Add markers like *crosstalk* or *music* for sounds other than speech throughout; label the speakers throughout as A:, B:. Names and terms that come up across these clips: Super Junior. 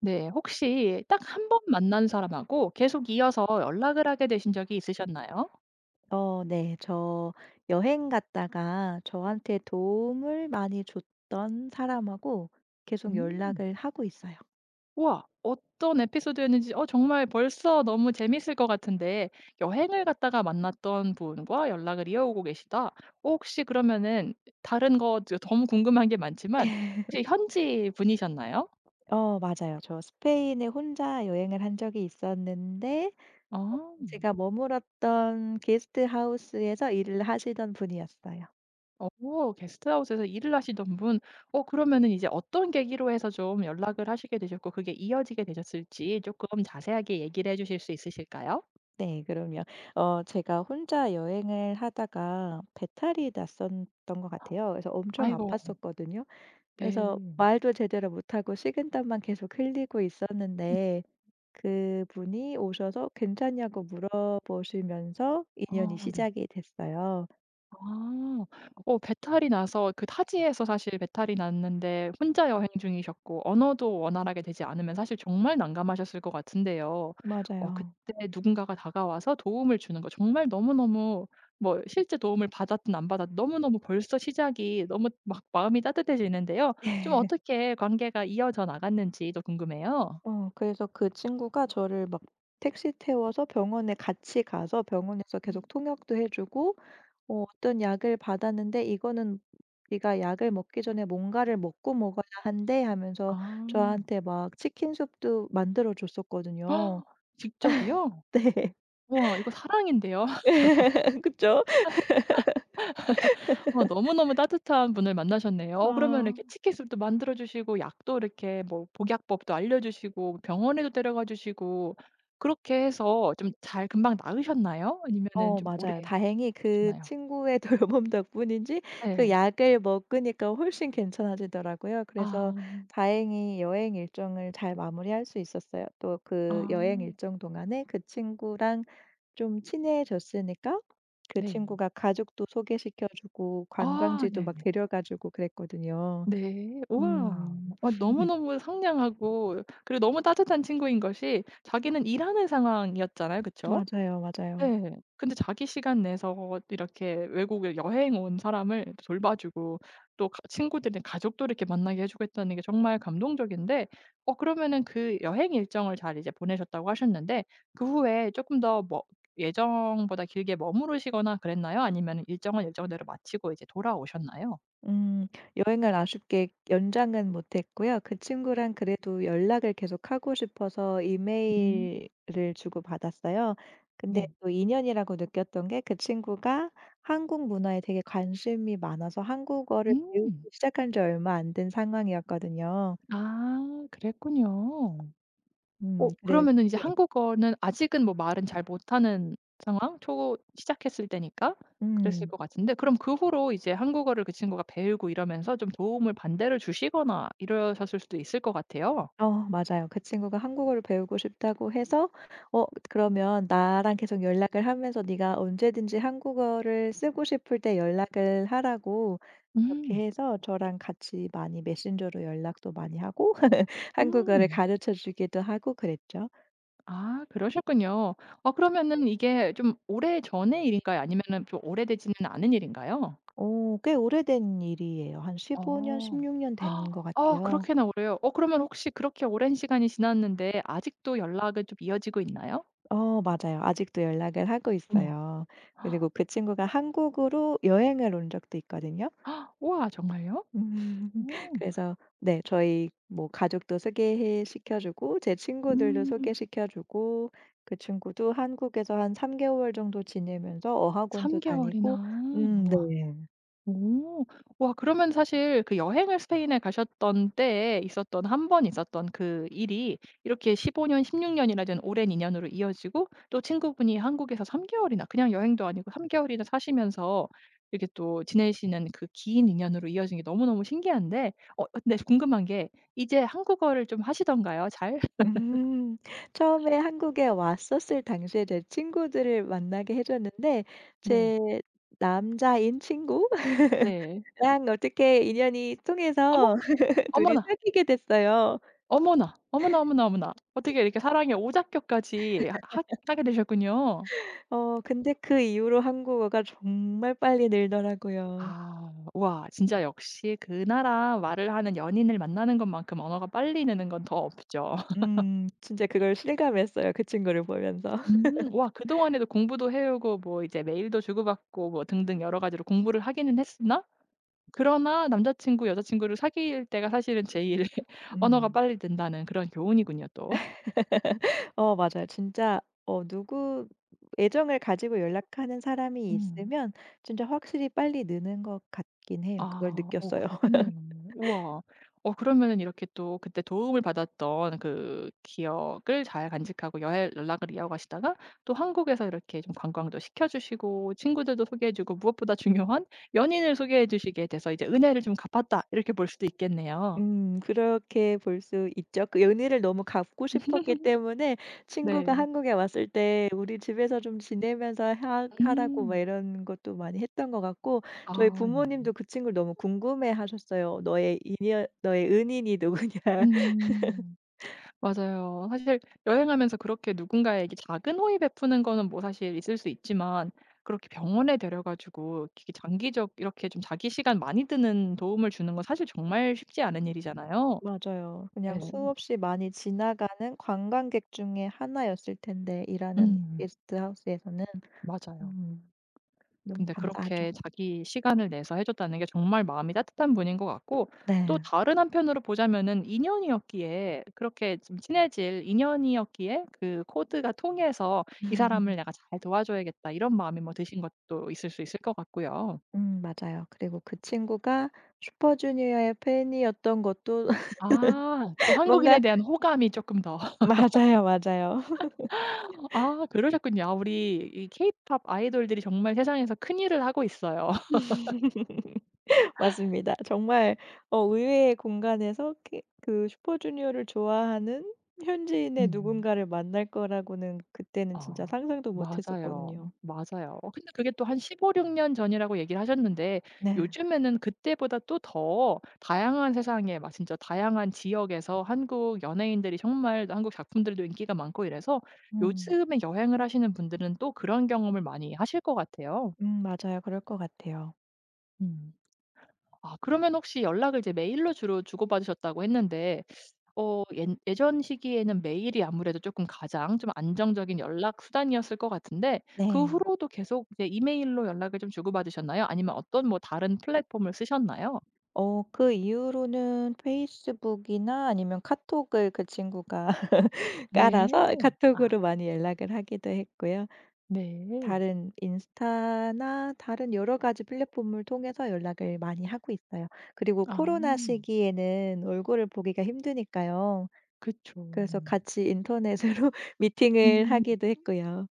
A: 네. 혹시 딱 한 번 만난 사람하고 계속 이어서 연락을 하게 되신 적이 있으셨나요?
B: 네. 저 여행 갔다가 저한테 도움을 많이 줬던 사람하고 계속
A: 음.
B: 연락을 하고 있어요.
A: 우와. 어떤 에피소드였는지 정말 벌써 너무 재밌을 것 같은데, 여행을 갔다가 만났던 분과 연락을 이어오고 계시다. 혹시 그러면은 다른 거 너무 궁금한 게 많지만,
B: *laughs*
A: 혹시 현지 분이셨나요?
B: 맞아요. 저 스페인에 혼자 여행을 한 적이 있었는데
A: 아.
B: 어 제가 머물었던 게스트하우스에서 일을 하시던 분이었어요.
A: 게스트하우스에서 일을 하시던 분. 그러면은 이제 어떤 계기로 해서 좀 연락을 하시게 되셨고 그게 이어지게 되셨을지 조금 자세하게 얘기를 해 주실 수 있으실까요?
B: 네. 그럼요. 제가 혼자 여행을 하다가 배탈이 났었던 것 같아요. 그래서 엄청
A: 아이고.
B: 아팠었거든요. 그래서
A: 네.
B: 말도 제대로 못하고 식은땀만 계속 흘리고 있었는데 그분이 오셔서 괜찮냐고 물어보시면서 인연이
A: 어 네.
B: 시작이 됐어요.
A: 아. 배탈이 나서 그 타지에서, 사실 배탈이 났는데 혼자 여행 중이셨고 언어도 원활하게 되지 않으면 사실 정말 난감하셨을 것 같은데요.
B: 맞아요.
A: 그때 누군가가 다가와서 도움을 주는 거 정말 너무너무, 뭐 실제 도움을 받았든 안 받았든 너무너무 벌써 시작이 너무 막 마음이 따뜻해지는데요. 좀
B: *laughs*
A: 어떻게 관계가 이어져 나갔는지도 궁금해요.
B: 그래서 그 친구가 저를 막 택시 태워서 병원에 같이 가서 병원에서
A: 네.
B: 계속 통역도 해 주고 어떤 약을 받았는데 "이거는 네가 약을 먹기 전에 뭔가를 먹고 먹어야 한대." 하면서
A: 아.
B: 저한테 막 치킨 수프도 만들어 줬었거든요.
A: 헉, 직접이요?
B: *laughs* 네.
A: 우와, 이거 사랑인데요.
B: *laughs* 그쵸?
A: 너무너무 따뜻한 분을 만나셨네요. 그러면
B: 아.
A: 이렇게 치킨술도 만들어 주시고 약도 이렇게, 뭐 복약법도 알려주시고 병원에도 데려가 주시고, 그렇게 해서 좀 잘 금방 나으셨나요? 아니면은 좀 오래
B: 맞아요. 다행히
A: 주셨
B: 그
A: 나요
B: 친구의 *laughs* 돌봄 덕분인지 그
A: 네.
B: 약을 먹으니까 훨씬 괜찮아지더라고요.
A: 아.
B: 그래서 다행히 여행 일정을 잘 마무리할 수 있었어요. 또
A: 아.
B: 그 여행 일정 동안에 그 친구랑 좀 친해졌으니까 그
A: 네.
B: 친구가 가족도 소개시켜 주고
A: 아
B: 관광지도 막
A: 네네.
B: 데려가 주고 그랬거든요.
A: 네. 우와.
B: 음
A: 와, 너무너무 상냥하고 그리고 너무 따뜻한 친구인 것이, 자기는 일하는 상황이었잖아요. 그쵸?
B: 맞아요, 맞아요.
A: 네. 근데 자기 시간 내서 이렇게 외국에 여행 온 사람을 돌봐 주고, 또 가 친구들이나 가족도 이렇게 만나게 해 주고 했다는 게 정말 감동적인데. 그러면은 그 여행 일정을 잘 이제 보내셨다고 하셨는데, 그 후에 조금 더, 뭐 예정보다 길게 머무르시거나 그랬나요? 아니면 일정은 일정대로 마치고 이제 돌아오셨나요?
B: 음. 여행을 아쉽게 연장은 못 했고요. 그 친구랑 그래도 연락을 계속하고 싶어서
A: 음.
B: 이메일을 주고받았어요. 근데
A: 네.
B: 또 인연이라고 느꼈던 게 그 친구가 한국 문화에 되게 관심이 많아서 한국어를 배우기
A: 음.
B: 시작한 지 얼마 안 된 상황이었거든요.
A: 아 그랬군요.
B: 그래
A: 그러면은 이제
B: 네.
A: 한국어는 아직은 뭐 말은 잘 못하는 상황? 초 시작했을 때니까 그랬을
B: 음.
A: 것 같은데, 그럼 그 후로 이제 한국어를 그 친구가 배우고 이러면서 좀 도움을 반대로 주시거나 이러셨을 수도 있을 것 같아요.
B: 맞아요. 그 친구가 한국어를 배우고 싶다고 해서 "어 그러면 나랑 계속 연락을 하면서 네가 언제든지 한국어를 쓰고 싶을 때 연락을 하라."고 이렇게
A: 음.
B: 해서 저랑 같이 많이 메신저로 연락도 많이 하고 *laughs* 한국어를
A: 음.
B: 가르쳐 주기도 하고 그랬죠.
A: 아 그러셨군요. 아 그러면은 이게 좀 오래전의 일인가요? 아니면은 좀 오래되지는 않은 일인가요?
B: 오 꽤 오래된 일이에요. 한 15년,
A: 어.
B: 16년 된 것
A: 아
B: 같아요.
A: 그렇게나 오래요. 그러면 혹시 그렇게 오랜 시간이 지났는데 아직도 연락은 좀 이어지고 있나요?
B: 맞아요. 아직도 연락을 하고
A: 어머.
B: 있어요. 그리고 그 친구가 한국으로 여행을 온 적도 있거든요.
A: 우와 정말요?
B: 음. *laughs*
A: 오.
B: 그래서 네 저희 뭐 가족도 소개해 시켜 주고 제 친구들도
A: 음.
B: 소개시켜 주고 그 친구도 한국에서 한 3개월 정도 지내면서
A: 3
B: 어학원도 다니고
A: 개월이나.
B: 네.
A: 우와. 오. 와 그러면 사실 그 여행을 스페인에 가셨던 때에 있었던, 한 번 있었던 그 일이 이렇게 15년 16 년이나 된 오랜 인연으로 이어지고, 또 친구분이 한국에서 3 개월이나, 그냥 여행도 아니고 3 개월이나 사시면서 이렇게 또 지내시는 그 긴 인연으로 이어진 게 너무너무 신기한데. 근데 궁금한 게, 이제 한국어를 좀 하시던가요? 잘?
B: 음. *laughs* 처음에 한국에 왔었을 당시에 제 친구들을 만나게 해 줬는데
A: 네.
B: 제 남자인 친구랑
A: 네.
B: 어떻게 인연이
A: 어머.
B: 통해서 *laughs* 둘이
A: 어머나.
B: 사귀게 됐어요.
A: 어머나, 어머나, 어머나, 어머나. 어떻게 이렇게 사랑의 오작교까지 하 하 하게 되셨군요.
B: 근데 그 이후로 한국어가 정말 빨리 늘더라고요.
A: 아. 와 진짜 역시 그 나라 말을 하는 연인을 만나는 것만큼 언어가 빨리 느는 건 더 없죠.
B: 음. 진짜 그걸 실감했어요, 그 친구를 보면서.
A: *laughs* 음, 와 그동안에도 공부도 해 오고 뭐 이제 메일도 주고받고 뭐 등등 여러 가지로 공부를 하기는 했으나, 그러나 남자 친구, 여자 친구를 사귈 때가 사실은 제일
B: *laughs*
A: *laughs* 언어가
B: 음.
A: 빨리 든다는 그런 교훈이군요 또.
B: 맞아요. 진짜 누구 애정을 가지고 연락하는 사람이
A: 음.
B: 있으면 진짜 확실히 빨리 느는 것 같긴 해요. 그걸
A: 아.
B: 느꼈어요.
A: 그러네요. 우와. 그러면은 이렇게 또 그때 도움을 받았던 그 기억을 잘 간직하고 여행 연락을 이어가시다가, 또 한국에서 이렇게 좀 관광도 시켜 주시고 친구들도 소개해 주고, 무엇보다 중요한 연인을 소개해 주시게 돼서 이제 '은혜를 좀 갚았다.' 이렇게 볼 수도 있겠네요.
B: 그렇게 볼 수 있죠. 그 연희를 너무 갚고 싶었기 때문에 친구가
A: 네.
B: 한국에 왔을 때 우리 집에서 좀 지내면서 하 하라고 막
A: 음.
B: 이런 것도 많이 했던 것 같고
A: 아
B: 저희
A: 네.
B: 부모님도 그 친구를 너무 궁금해하셨어요. "너의 인연 너의 은인이 누구냐." *laughs*
A: 음. 맞아요. 사실 여행하면서 그렇게 누군가에게 작은 호의 베푸는 거는 뭐 사실 있을 수 있지만, 그렇게 병원에 데려 가지고 이렇게 장기적, 이렇게 좀 자기 시간 많이 드는 도움을 주는 건 사실 정말 쉽지 않은 일이잖아요.
B: 맞아요. 그냥
A: 네.
B: 수없이 많이 지나가는 관광객 중에 하나였을 텐데 일하는
A: 음
B: 게스트하우스에서는.
A: 맞아요.
B: 음 너무
A: 근데
B: 감사하죠.
A: 그렇게 자기 시간을 내서 해 줬다는 게 정말 마음이 따뜻한 분인 것 같고, 또
B: 네.
A: 다른 한편으로 보자면은 인연이었기에, 그렇게 좀 친해질 인연이었기에 그 코드가 통해서 '이 사람을
B: *laughs*
A: 내가 잘 도와줘야겠다.' 이런 마음이 뭐 드신 것도 있을 수 있을 것 같고요.
B: 맞아요. 그리고 그 친구가 슈퍼주니어의 팬이었던 것도 *laughs*
A: 아, 또 한국인에
B: 뭔가
A: 대한 호감이 조금 더. *laughs*
B: 맞아요, 맞아요.
A: 아 그러셨군요. 아 우리 이 케이팝 아이돌들이 정말 세상에서 큰일을 하고 있어요. *laughs*
B: *laughs* 맞습니다. 정말 의외의 공간에서 그 슈퍼주니어를 좋아하는 현지인의
A: 음.
B: 누군가를 만날 거라고는 그때는 진짜
A: 아
B: 상상도 못
A: 맞아요.
B: 했었거든요.
A: 맞아요. 어, 근데 그게 또 한 1 5육6년 전이라고 얘기를 하셨는데,
B: 네.
A: 요즘에는 그때보다 또 더 다양한 세상에, 막 진짜 다양한 지역에서 한국 연예인들이 정말, 한국 작품들도 인기가 많고 이래서
B: 음.
A: 요즘에 여행을 하시는 분들은 또 그런 경험을 많이 하실 것 같아요.
B: 맞아요. 그럴 것 같아요.
A: 음. 아 그러면 혹시 연락을 이제 메일로 주로 주고받으셨다고 했는데, 어 예 예전 시기에는 메일이 아무래도 조금 가장 좀 안정적인 연락 수단이었을 것 같은데, 그
B: 네.
A: 후로도 계속 이제 이메일로 연락을 좀 주고받으셨나요? 아니면 어떤 뭐 다른 플랫폼을 쓰셨나요?
B: 그 이후로는 페이스북이나 아니면 카톡을 그 친구가
A: 네.
B: 깔아서
A: 아
B: 카톡으로 많이 연락을 하기도 했고요.
A: 네.
B: 다른 인스타나 다른 여러 가지 플랫폼을 통해서 연락을 많이 하고 있어요. 그리고
A: 아
B: 코로나 시기에는 얼굴을 보기가 힘드니까요.
A: 그쵸.
B: 그래서 같이 인터넷으로 *laughs* 미팅을
A: 음.
B: 하기도 했고요.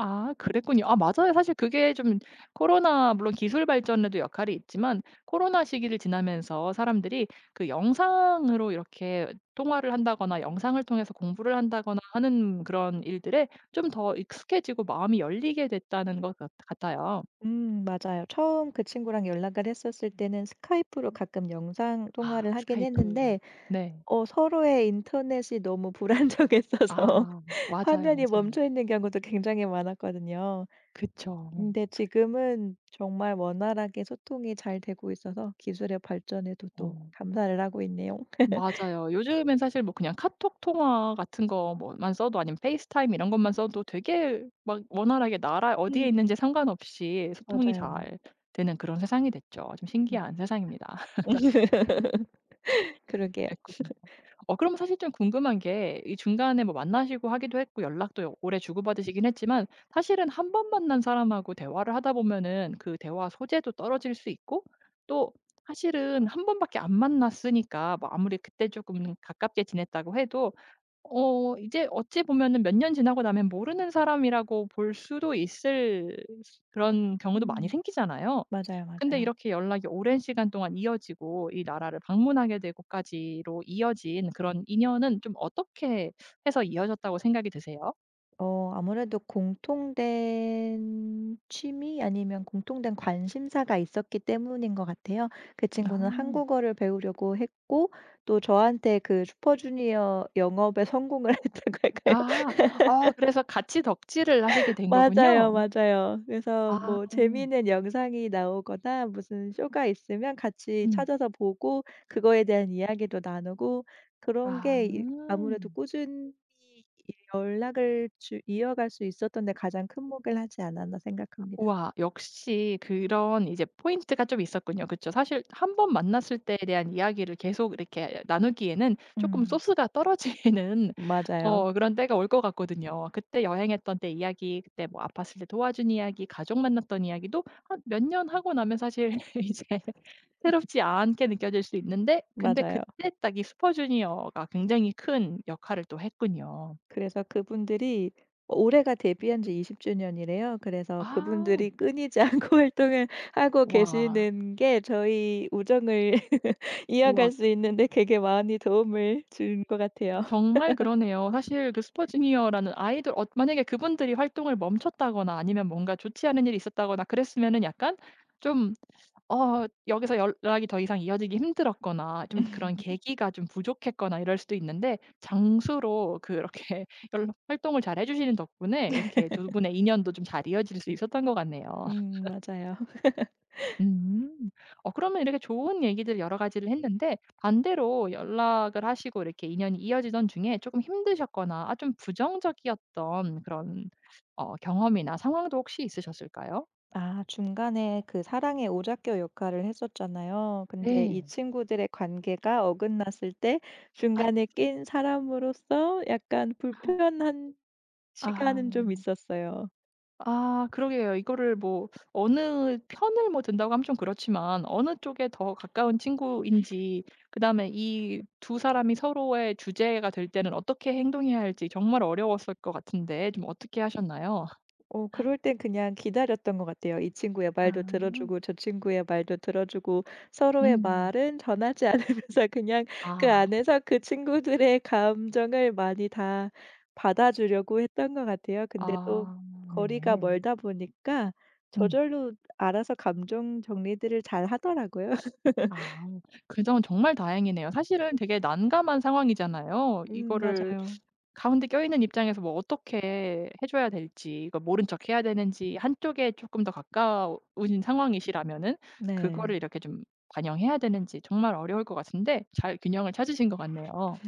A: 아 그랬군요. 아 맞아요. 사실 그게 좀, 코로나 물론 기술 발전에도 역할이 있지만, 코로나 시기를 지나면서 사람들이 그 영상으로 이렇게 통화를 한다거나 영상을 통해서 공부를 한다거나 하는 그런 일들에 좀 더 익숙해지고 마음이 열리게 됐다는 것 같 같아요.
B: 맞아요. 처음 그 친구랑 연락을 했었을 때는 스카이프로 가끔 영상
A: 아
B: 통화를 하긴
A: 스카이프.
B: 했는데
A: 네. 네.
B: 서로의 인터넷이 너무 불안정했어서
A: 아
B: *laughs*
A: 맞아요,
B: 화면이
A: 맞아요.
B: 멈춰 있는 경우도 굉장히 많았거든요.
A: 그쵸.
B: 근데 지금은 정말 원활하게 소통이 잘 되고 있어서 기술의 발전에도 또
A: 어.
B: 감사를 하고 있네요.
A: 맞아요. 요즘엔 사실 뭐 그냥 카톡 통화 같은 거 뭐만 써도, 아니면 페이스타임 이런 것만 써도 되게 막 원활하게 나라 어디에
B: 음.
A: 있는지 상관없이 소통이
B: 맞아요.
A: 잘 되는 그런 세상이 됐죠. 좀
B: 맞
A: 신기한 세상입니다. *laughs*
B: *laughs* 그러게요.
A: 그랬거든요. 그럼 사실 좀 궁금한 게 이 중간에 뭐 만나시고 하기도 했고 연락도 오래 주고받으시긴 했지만, 사실은 한 번 만난 사람하고 대화를 하다 보면은 그 대화 소재도 떨어질 수 있고, 또 사실은 한 번밖에 안 만났으니까 뭐 아무리 그때 조금 가깝게 지냈다고 해도 이제 어찌 보면은 몇 년 지나고 나면 모르는 사람이라고 볼 수도 있을 수, 그런 경우도 많이
B: 음.
A: 생기잖아요.
B: 맞아요,
A: 근데
B: 맞아요.
A: 이렇게 연락이 오랜 시간 동안 이어지고 이 나라를 방문하게 되고까지로 이어진 그런 인연은 좀 어떻게 해서 이어졌다고 생각이 드세요?
B: 아무래도 공통된 취미 아니면 공통된 관심사가 있었기 때문인 것 같아요. 그 친구는
A: 아.
B: 한국어를 배우려고 했고 또 저한테 그 슈퍼주니어 영업에 성공을 *laughs* 했다고 해요
A: 아. 아 그래서 같이 덕질을 하시게 된 거군요.
B: 맞아요, 맞아요. 그래서
A: 아.
B: 뭐 재미있는 영상이 나오거나 무슨 쇼가 있으면 같이
A: 음.
B: 찾아서 보고 그거에 대한 이야기도 나누고 그런
A: 아.
B: 게 이 아무래도 꾸준히 이 연락을 주 이어갈 수 있었던 데 가장 큰 목을 하지 않았나 생각합니다.
A: 우와. 역시 그런 이제 포인트가 좀 있었군요. 그쵸. 사실 한 번 만났을 때에 대한 이야기를 계속 이렇게 나누기에는 조금
B: 음.
A: 소스가 떨어지는 *laughs*
B: 맞아요.
A: 그런 때가 올 것 같거든요. 그때 여행했던 때 이야기, 그때 뭐 아팠을 때 도와준 이야기, 가족 만났던 이야기도 한 몇 년 하고 나면 사실 *laughs* 이제 새롭지 않게 느껴질 수 있는데, 근데
B: 맞아요.
A: 그때 딱 이 슈퍼주니어가 굉장히 큰 역할을 또 했군요.
B: 그래서 그분들이 올해가 데뷔한 지 20 주년이래요. 그래서 네.
A: 아.
B: 그분들이 끊이지 않고 *laughs* 활동을 하고
A: 와.
B: 계시는 게 저희 우정을 *laughs*
A: 우와.
B: 이어갈 수 있는데 되게 많이 도움을 준 것 같아요.
A: 정말 그러네요. 사실 그 슈퍼주니어라는 아이돌, 만약에 그분들이 활동을 멈췄다거나 아니면 뭔가 좋지 않은 일이 있었다거나 그랬으면은 약간 좀, 여기서 연락이 더 이상 이어지기 힘들었거나 좀 그런 계기가 좀 부족했거나 이럴 수도 있는데, 장수로 그렇게 *laughs* 연락 활동을 잘해 주시는 덕분에 이렇게 두 분의 인연도 좀 잘 이어질 수 있었던 것 같네요.
B: 맞아요.
A: 음. 그러면 이렇게 좋은 얘기들 여러 가지를 했는데, 반대로 연락을 하시고 이렇게 인연이 이어지던 중에 조금 힘드셨거나 아 좀 부정적이었던 그런 경험이나 상황도 혹시 있으셨을까요?
B: 아 중간에 그 사랑의 오작교 역할을 했었잖아요. 근데 이
A: 네.
B: 친구들의 관계가 어긋났을 때
A: 아.
B: 중간에 낀 사람으로서 약간 불편한
A: 아.
B: 시간은 좀 있었어요.
A: 아 그러게요. 이거를 뭐 어느 편을 뭐 든다고 하면 좀 그렇지만 어느 쪽에 더 가까운 친구인지, 그다음에 이 두 사람이 서로의 주제가 될 때는 어떻게 행동해야 할지 정말 어려웠을 것 같은데, 좀 어떻게 하셨나요?
B: 그럴 땐 그냥 기다렸던 것 같아요. 이 친구의
A: 아.
B: 말도 들어주고 저 친구의 말도 들어주고 서로의
A: 음.
B: 말은 전하지 않으면서 *laughs* 그냥 그
A: 아.
B: 안에서 그 친구들의 감정을 많이 다 받아주려고 했던 것 같아요. 근데 또
A: 아
B: 거리가
A: 네네.
B: 멀다 보니까
A: 음.
B: 저절로 알아서 감정 정리들을 잘하더라고요. *laughs*
A: 아 그 점은 정말 다행이네요. 사실은 되게 난감한 상황이잖아요. 이거를
B: 맞아요.
A: 가운데 껴있는 입장에서 뭐 어떻게 해 줘야 될지, 이거 모른 척 해야 되는지, 한쪽에 조금 더 가까우신 상황이시라면은 그거를
B: 네.
A: 이렇게 좀 반영해야 되는지 정말 어려울 것 같은데, 잘 균형을 찾으신 것 같네요.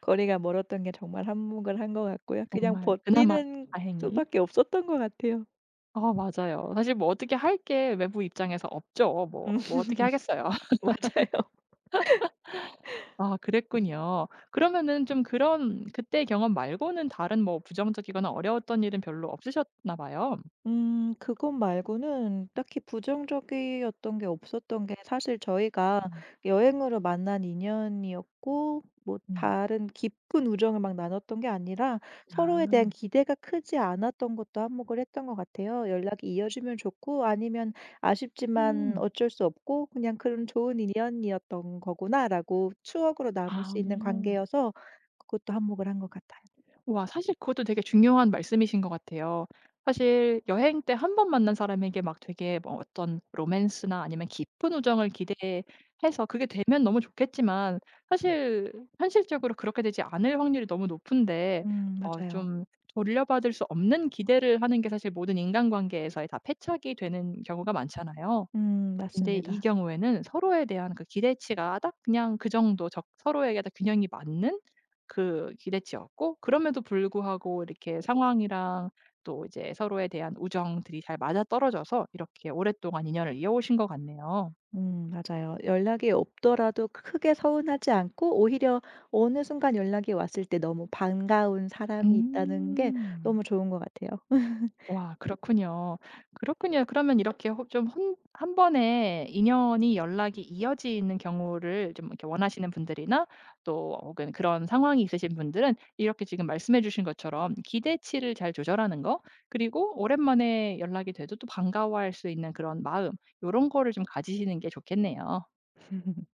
B: 거리가 멀었던 게 정말 한몫을 한 것 같고요. 그냥
A: 정말 그나마
B: 버티는
A: 다행히.
B: 수밖에 없었던 것 같아요.
A: 아 맞아요. 사실 뭐 어떻게 할 게 외부 입장에서 없죠. 뭐
B: 음 *laughs*
A: 뭐 어떻게 하겠어요.
B: 맞아요.
A: 아 그랬군요. 그러면은 좀 그런 그때 경험 말고는 다른 뭐 부정적이거나 어려웠던 일은 별로 없으셨나 봐요.
B: 그것 말고는 딱히 부정적이었던 게 없었던 게 사실 저희가
A: 음.
B: 여행으로 만난 인연이었고 뭐
A: 음.
B: 다른 깊은 우정을 막 나눴던 게 아니라 서로에 대한
A: 아.
B: 기대가 크지 않았던 것도 한몫을 했던 것 같아요. 연락이 이어지면 좋고 아니면 아쉽지만
A: 음.
B: 어쩔 수 없고 그냥 '그런 좋은 인연이었던 거구나.'라고 추억으로 남을
A: 아.
B: 수 있는 관계여서 그것도 한몫을 한 것 같아요.
A: 와, 사실 그것도 되게 중요한 말씀이신 것 같아요. 사실 여행 때 한 번 만난 사람에게 막 되게 뭐 어떤 로맨스나 아니면 깊은 우정을 기대해서 그게 되면 너무 좋겠지만, 사실 현실적으로 그렇게 되지 않을 확률이 너무 높은데.
B: 맞아요.
A: 좀 돌려받을 수 없는 기대를 하는 게 사실 모든 인간관계에서의 다 패착이 되는 경우가 많잖아요. 근데 이
B: 맞습니다.
A: 경우에는 서로에 대한 그 기대치가 딱 그냥 그 정도 적 서로에게 딱 균형이 맞는 그 기대치였고, 그럼에도 불구하고 이렇게 상황이랑 또 이제 서로에 대한 우정들이 잘 맞아떨어져서 이렇게 오랫동안 인연을 이어오신 것 같네요.
B: 맞아요. 연락이 없더라도 크게 서운하지 않고 오히려 어느 순간 연락이 왔을 때 너무 반가운 사람이 있다는 게
A: 음.
B: 너무 좋은 것 같아요.
A: 와 그렇군요. 그렇군요. 그러면 이렇게 호 좀 혼 한 번에 인연이 연락이 이어지는 경우를 좀 이렇게 원하시는 분들이나 또 혹은 그런 상황이 있으신 분들은 이렇게 지금 말씀해 주신 것처럼 기대치를 잘 조절하는 거, 그리고 오랜만에 연락이 돼도 또 반가워할 수 있는 그런 마음, 요런 거를 좀 가지시는 게 좋겠네요.
B: *laughs*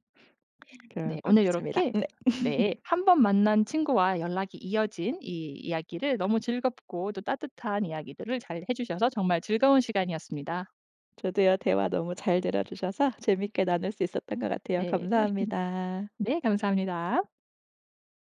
B: 그럴
A: 네.
B: 것
A: 오늘 이렇
B: 같습니다.
A: 게
B: 네.
A: 네 한 번 만난 친구와 연락이 이어진 이 이야기를 너무 즐겁고 또 따뜻한 이야기들을 잘 해 주셔서 정말 즐거운 시간이었습니다.
B: 저도요. 대화 너무 잘 들어 주셔서 재밌게 나눌 수 있었던 것 같아요.
A: 네.
B: 감사합니다.
A: 네 감사합니다.